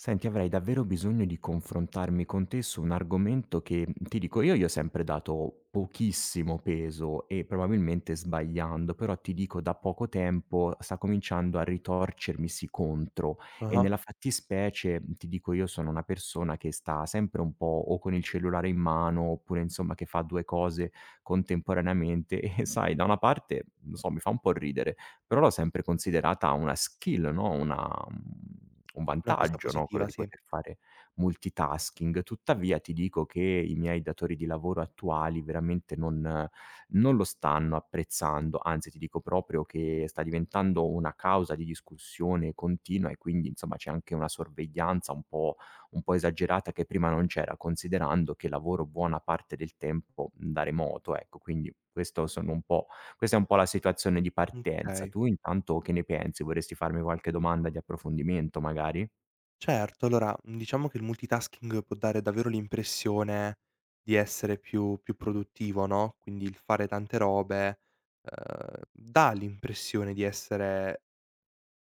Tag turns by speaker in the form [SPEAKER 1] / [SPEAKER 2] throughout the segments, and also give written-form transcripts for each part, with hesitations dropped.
[SPEAKER 1] Senti, avrei davvero bisogno di confrontarmi con te su un argomento che, ti dico, io gli ho sempre dato pochissimo peso e probabilmente sbagliando, però ti dico, da poco tempo sta cominciando a ritorcermisi contro e
[SPEAKER 2] Ah-ah,
[SPEAKER 1] nella fattispecie, ti dico, io sono una persona che sta sempre un po' o con il cellulare in mano oppure insomma che fa due cose contemporaneamente e sai, da una parte, non so, mi fa un po' ridere, però l'ho sempre considerata una skill, no, una un
[SPEAKER 2] una cosa
[SPEAKER 1] vantaggio, no, quello
[SPEAKER 2] positiva,
[SPEAKER 1] di
[SPEAKER 2] sì.
[SPEAKER 1] poter fare multitasking. Tuttavia ti dico che i miei datori di lavoro attuali veramente non lo stanno apprezzando, anzi ti dico proprio che sta diventando una causa di discussione continua e quindi insomma c'è anche una sorveglianza un po' esagerata che prima non c'era, considerando che lavoro buona parte del tempo da remoto, ecco. Quindi questo sono un po' Questa è un po' la situazione di partenza.
[SPEAKER 2] Okay.
[SPEAKER 1] Tu intanto che ne pensi? Vorresti farmi qualche domanda di approfondimento magari?
[SPEAKER 2] Certo, allora, diciamo che il multitasking può dare davvero l'impressione di essere più produttivo, no, quindi il fare tante robe, dà l'impressione di essere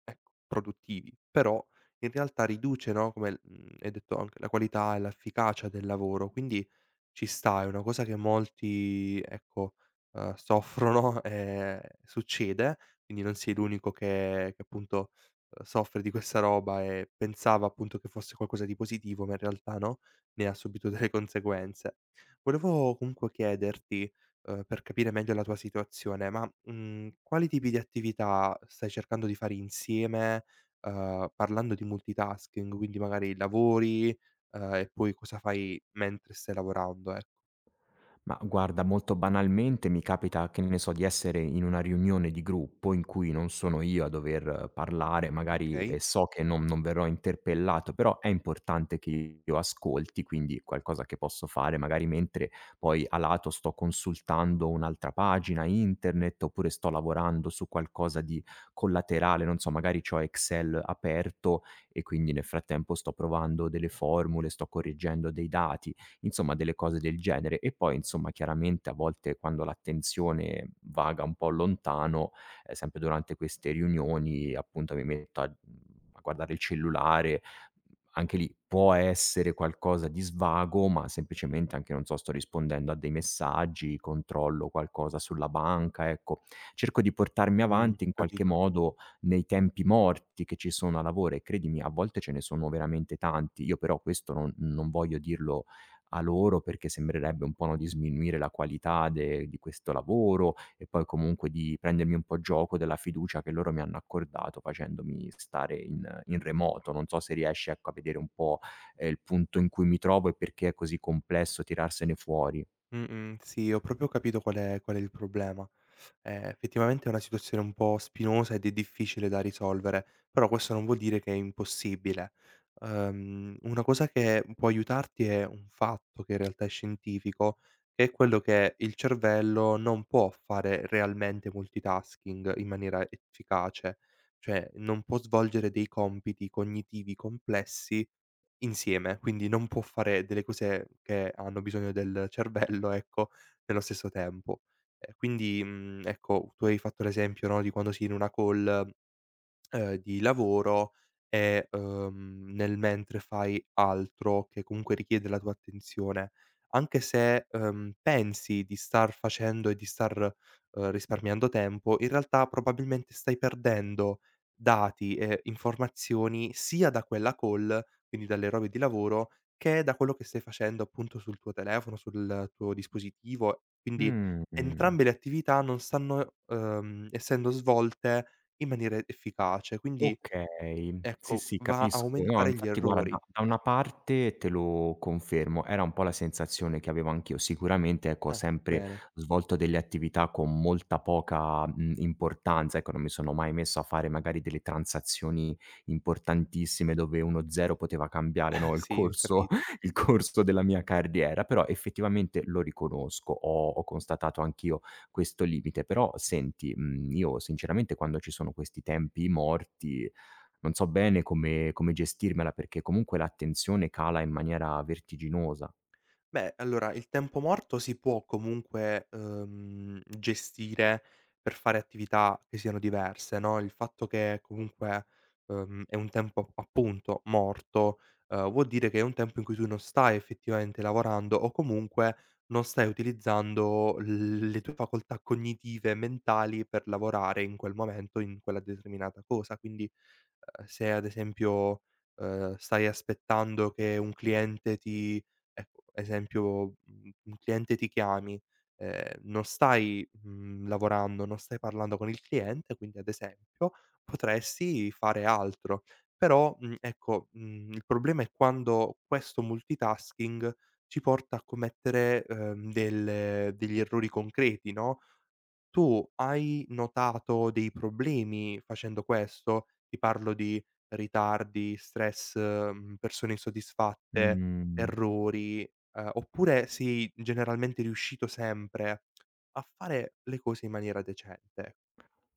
[SPEAKER 2] ecco, produttivi, però in realtà riduce, no, come hai detto anche la qualità e l'efficacia del lavoro, quindi ci sta, è una cosa che molti, ecco, soffrono, succede, quindi non sei l'unico che appunto, soffre di questa roba e pensava appunto che fosse qualcosa di positivo, ma in realtà no, ne ha subito delle conseguenze. Volevo comunque chiederti per capire meglio la tua situazione, ma, quali tipi di attività stai cercando di fare insieme, parlando di multitasking, quindi magari lavori, e poi cosa fai mentre stai lavorando, ecco.
[SPEAKER 1] Ma guarda, molto banalmente mi capita, che ne so, di essere in una riunione di gruppo in cui non sono io a dover parlare, magari e
[SPEAKER 2] Okay,
[SPEAKER 1] so che non verrò interpellato, però è importante che io ascolti, quindi qualcosa che posso fare magari mentre poi a lato sto consultando un'altra pagina internet oppure sto lavorando su qualcosa di collaterale, non so, magari ho Excel aperto e quindi nel frattempo sto provando delle formule, sto correggendo dei dati insomma delle cose del genere. E poi insomma chiaramente a volte quando l'attenzione vaga un po' lontano, sempre durante queste riunioni appunto mi metto a a guardare il cellulare, anche lì può essere qualcosa di svago, ma semplicemente anche, non so, sto rispondendo a dei messaggi, controllo qualcosa sulla banca, ecco. Cerco di portarmi avanti in qualche
[SPEAKER 2] capito.
[SPEAKER 1] modo nei tempi morti che ci sono a lavoro e credimi a volte ce ne sono veramente tanti. Io però questo non voglio dirlo a loro, perché sembrerebbe un po', no, di sminuire la qualità de di questo lavoro e poi comunque di prendermi un po' gioco della fiducia che loro mi hanno accordato facendomi stare in remoto. Non so se riesci, ecco, a vedere un po', il punto in cui mi trovo e perché è così complesso tirarsene fuori.
[SPEAKER 2] Mh-mh. Sì, ho proprio capito qual è il problema. Effettivamente è una situazione un po' spinosa ed è difficile da risolvere, però questo non vuol dire che è impossibile. Una cosa che può aiutarti è un fatto che in realtà è scientifico, che è quello che il cervello non può fare realmente multitasking in maniera efficace, cioè non può svolgere dei compiti cognitivi complessi insieme, quindi non può fare delle cose che hanno bisogno del cervello, ecco, nello stesso tempo. Ecco, tu hai fatto l'esempio, no, di quando si è in una call di lavoro e, nel mentre fai altro che comunque richiede la tua attenzione. Anche se, pensi di star facendo e di star, risparmiando tempo, in realtà probabilmente stai perdendo dati e informazioni sia da quella call, quindi dalle robe di lavoro, che da quello che stai facendo appunto sul tuo telefono, sul tuo dispositivo. Quindi
[SPEAKER 1] Mh.
[SPEAKER 2] entrambe le attività non stanno, essendo svolte in maniera efficace, quindi
[SPEAKER 1] Okay. Sì,
[SPEAKER 2] ecco,
[SPEAKER 1] sì,
[SPEAKER 2] va a
[SPEAKER 1] capisco. No,
[SPEAKER 2] aumentare gli
[SPEAKER 1] infatti guarda, da
[SPEAKER 2] errori.
[SPEAKER 1] da una parte te lo confermo, era un po' la sensazione che avevo anch'io. Sicuramente, ecco, ho
[SPEAKER 2] Ah,
[SPEAKER 1] sempre
[SPEAKER 2] bene.
[SPEAKER 1] svolto delle attività con molta poca, importanza, ecco, non mi sono mai messo a fare magari delle transazioni importantissime dove uno 0 poteva cambiare, no, il
[SPEAKER 2] Sì,
[SPEAKER 1] corso
[SPEAKER 2] capito.
[SPEAKER 1] il corso della mia carriera, però effettivamente lo riconosco. Ho constatato anch'io questo limite. Però senti, io sinceramente quando ci sono questi tempi morti, non so bene come gestirmela, perché comunque l'attenzione cala in maniera vertiginosa.
[SPEAKER 2] Beh, allora il tempo morto si può comunque, gestire per fare attività che siano diverse, no, il fatto che comunque, è un tempo appunto morto, vuol dire che è un tempo in cui tu non stai effettivamente lavorando o comunque non stai utilizzando l le tue facoltà cognitive e mentali per lavorare in quel momento in quella determinata cosa. Quindi se ad esempio, stai aspettando che un cliente ti ecco, esempio, un cliente ti chiami, non stai, lavorando, non stai parlando con il cliente, quindi ad esempio potresti fare altro. Però, il problema è quando questo multitasking ci porta a commettere, delle degli errori concreti, no, tu hai notato dei problemi facendo questo? Ti parlo di ritardi, stress, persone insoddisfatte,
[SPEAKER 1] Mhmm.
[SPEAKER 2] errori, oppure sei generalmente riuscito sempre a fare le cose in maniera decente?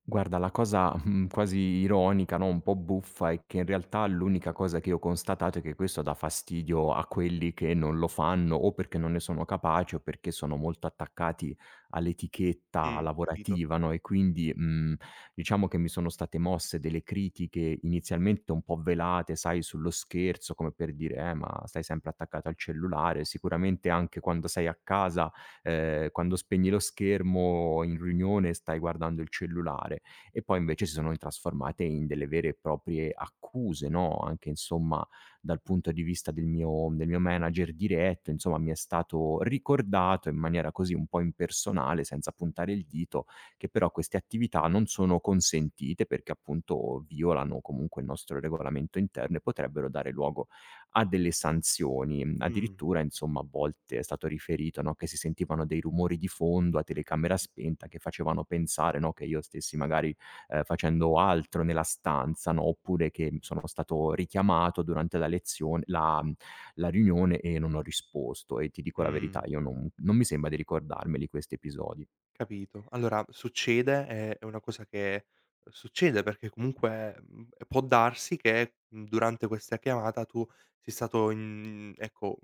[SPEAKER 1] Guarda, la cosa, quasi ironica, no, un po' buffa, è che in realtà l'unica cosa che ho constatato è che questo dà fastidio a quelli che non lo fanno, o perché non ne sono capaci, o perché sono molto attaccati all'etichetta
[SPEAKER 2] Capito.
[SPEAKER 1] lavorativa, no, e quindi, diciamo che mi sono state mosse delle critiche inizialmente un po' velate, sai, sullo scherzo, come per dire: ma stai sempre attaccato al cellulare". Sicuramente anche quando sei a casa, quando spegni lo schermo in riunione stai guardando il cellulare e poi invece si sono trasformate in delle vere e proprie accuse, no, anche insomma dal punto di vista del mio manager diretto, insomma mi è stato ricordato in maniera così un po' impersonale, senza puntare il dito, che però queste attività non sono consentite perché appunto violano comunque il nostro regolamento interno e potrebbero dare luogo a delle sanzioni.
[SPEAKER 2] Mh,
[SPEAKER 1] Addirittura insomma a volte è stato riferito, no, che si sentivano dei rumori di fondo a telecamera spenta che facevano pensare, no, che io stessi magari facendo altro nella stanza, no, oppure che sono stato richiamato durante la lezione la la riunione e non ho risposto e ti dico la verità,
[SPEAKER 2] mh.
[SPEAKER 1] io non mi sembra di ricordarmeli questi episodi.
[SPEAKER 2] Capito. Allora succede, è una cosa che succede perché comunque, può darsi che, durante questa chiamata tu sei stato in ecco,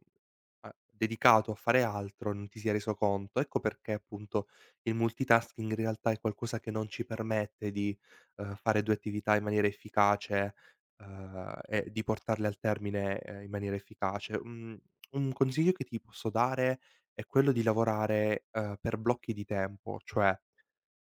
[SPEAKER 2] a dedicato a fare altro, non ti sia reso conto. Ecco perché appunto il multitasking in realtà è qualcosa che non ci permette di, fare 2 attività in maniera efficace, e di portarle al termine, in maniera efficace. Mhmm, un consiglio che ti posso dare è quello di lavorare, per blocchi di tempo, cioè,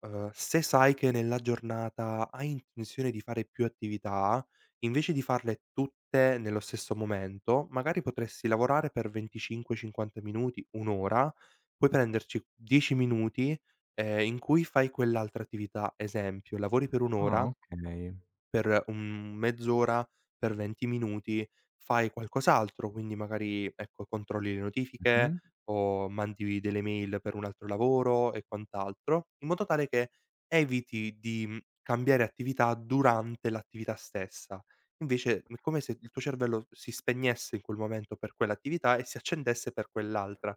[SPEAKER 2] se sai che nella giornata hai intenzione di fare più attività, invece di farle tutte nello stesso momento, magari potresti lavorare per 25, 50 minuti, 1 ora, poi prenderci 10 minuti, in cui fai quell'altra attività. Esempio: lavori per 1
[SPEAKER 1] Ah,
[SPEAKER 2] ora
[SPEAKER 1] okay.
[SPEAKER 2] per, mezz'ora, per 20 minuti fai qualcos'altro, quindi magari, ecco, controlli le notifiche
[SPEAKER 1] Mh-mh.
[SPEAKER 2] o mandi delle mail per un altro lavoro e quant'altro, in modo tale che eviti di, cambiare attività durante l'attività stessa. Invece è come se il tuo cervello si spegnesse in quel momento per quell'attività e si accendesse per quell'altra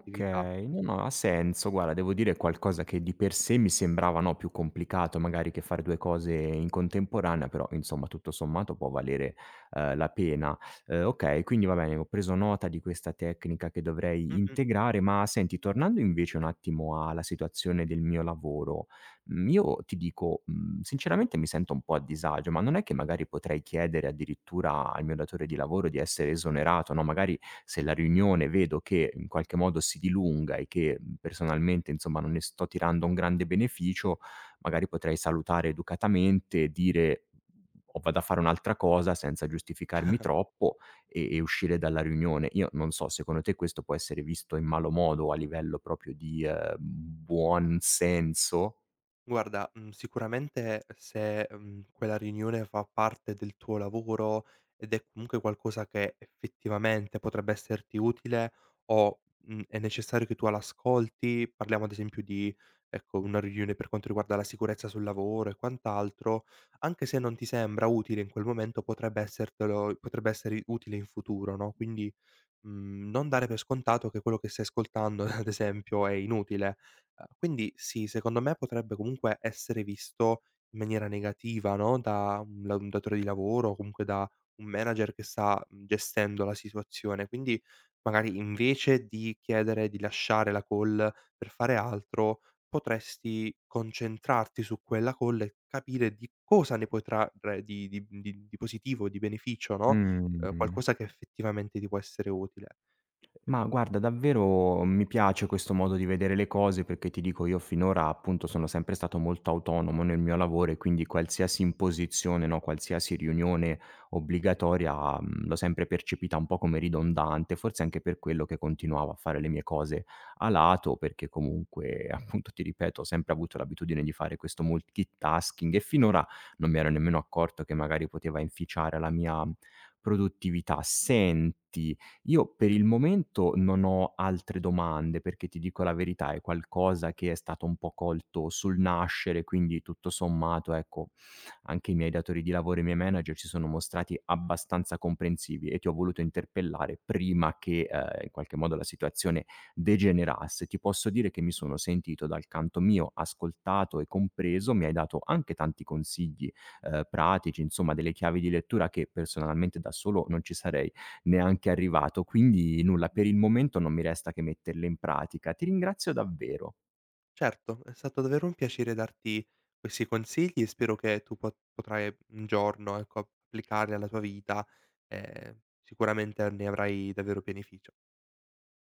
[SPEAKER 2] attività.
[SPEAKER 1] no, no, ha senso. Guarda, devo dire è qualcosa che di per sé mi sembrava, no, più complicato magari che fare 2 cose in contemporanea, però insomma tutto sommato può valere, la pena. Okay, quindi va bene, ho preso nota di questa tecnica che dovrei
[SPEAKER 2] Mh-mh.
[SPEAKER 1] integrare, ma senti, tornando invece un attimo alla situazione del mio lavoro, io ti dico, sinceramente mi sento un po' a disagio, ma non è che magari potrei chiedere addirittura al mio datore di lavoro di essere esonerato, no, magari se la riunione vedo che in qualche modo si dilunga e che, personalmente insomma non ne sto tirando un grande beneficio, magari potrei salutare educatamente e dire: "O vado a fare un'altra cosa", senza giustificarmi troppo e uscire dalla riunione. Io non so, secondo te questo può essere visto in malo modo a livello proprio di, buon senso?
[SPEAKER 2] Guarda, sicuramente se, quella riunione fa parte del tuo lavoro ed è comunque qualcosa che effettivamente potrebbe esserti utile o, è necessario che tu l'ascolti, parliamo ad esempio di, ecco, una riunione per quanto riguarda la sicurezza sul lavoro e quant'altro, anche se non ti sembra utile in quel momento potrebbe essertelo potrebbe essere utile in futuro, no, quindi non dare per scontato che quello che stai ascoltando, ad esempio, è inutile. Quindi sì, secondo me potrebbe comunque essere visto in maniera negativa, no, da un datore di lavoro o comunque da un manager che sta, gestendo la situazione. Quindi magari invece di chiedere di lasciare la call per fare altro, potresti concentrarti su quella call e capire di cosa ne puoi trarre di positivo, di beneficio, no,
[SPEAKER 1] Mh-mh.
[SPEAKER 2] qualcosa che effettivamente ti può essere utile. Ehm,
[SPEAKER 1] Ma guarda, davvero mi piace questo modo di vedere le cose perché ti dico, io finora appunto sono sempre stato molto autonomo nel mio lavoro e quindi qualsiasi imposizione, no, qualsiasi riunione obbligatoria l'ho sempre percepita un po' come ridondante, forse anche per quello che continuavo a fare le mie cose a lato, perché comunque appunto ti ripeto, ho sempre avuto l'abitudine di fare questo multitasking e finora non mi ero nemmeno accorto che magari poteva inficiare la mia produttività. Senti. Io per il momento non ho altre domande, perché ti dico la verità, è qualcosa che è stato un po' colto sul nascere, quindi tutto sommato, ecco, anche i miei datori di lavoro e i miei manager si sono mostrati abbastanza comprensivi e ti ho voluto interpellare prima che, in qualche modo la situazione degenerasse. Ti posso dire che mi sono sentito dal canto mio ascoltato e compreso, mi hai dato anche tanti consigli, pratici, insomma delle chiavi di lettura che personalmente da solo non ci sarei neanche arrivato. Quindi nulla, per il momento non mi resta che metterle in pratica. Ti ringrazio davvero.
[SPEAKER 2] certo, è stato davvero un piacere darti questi consigli e spero che tu po potrai un giorno, ecco, applicarli alla tua vita e sicuramente ne avrai davvero beneficio.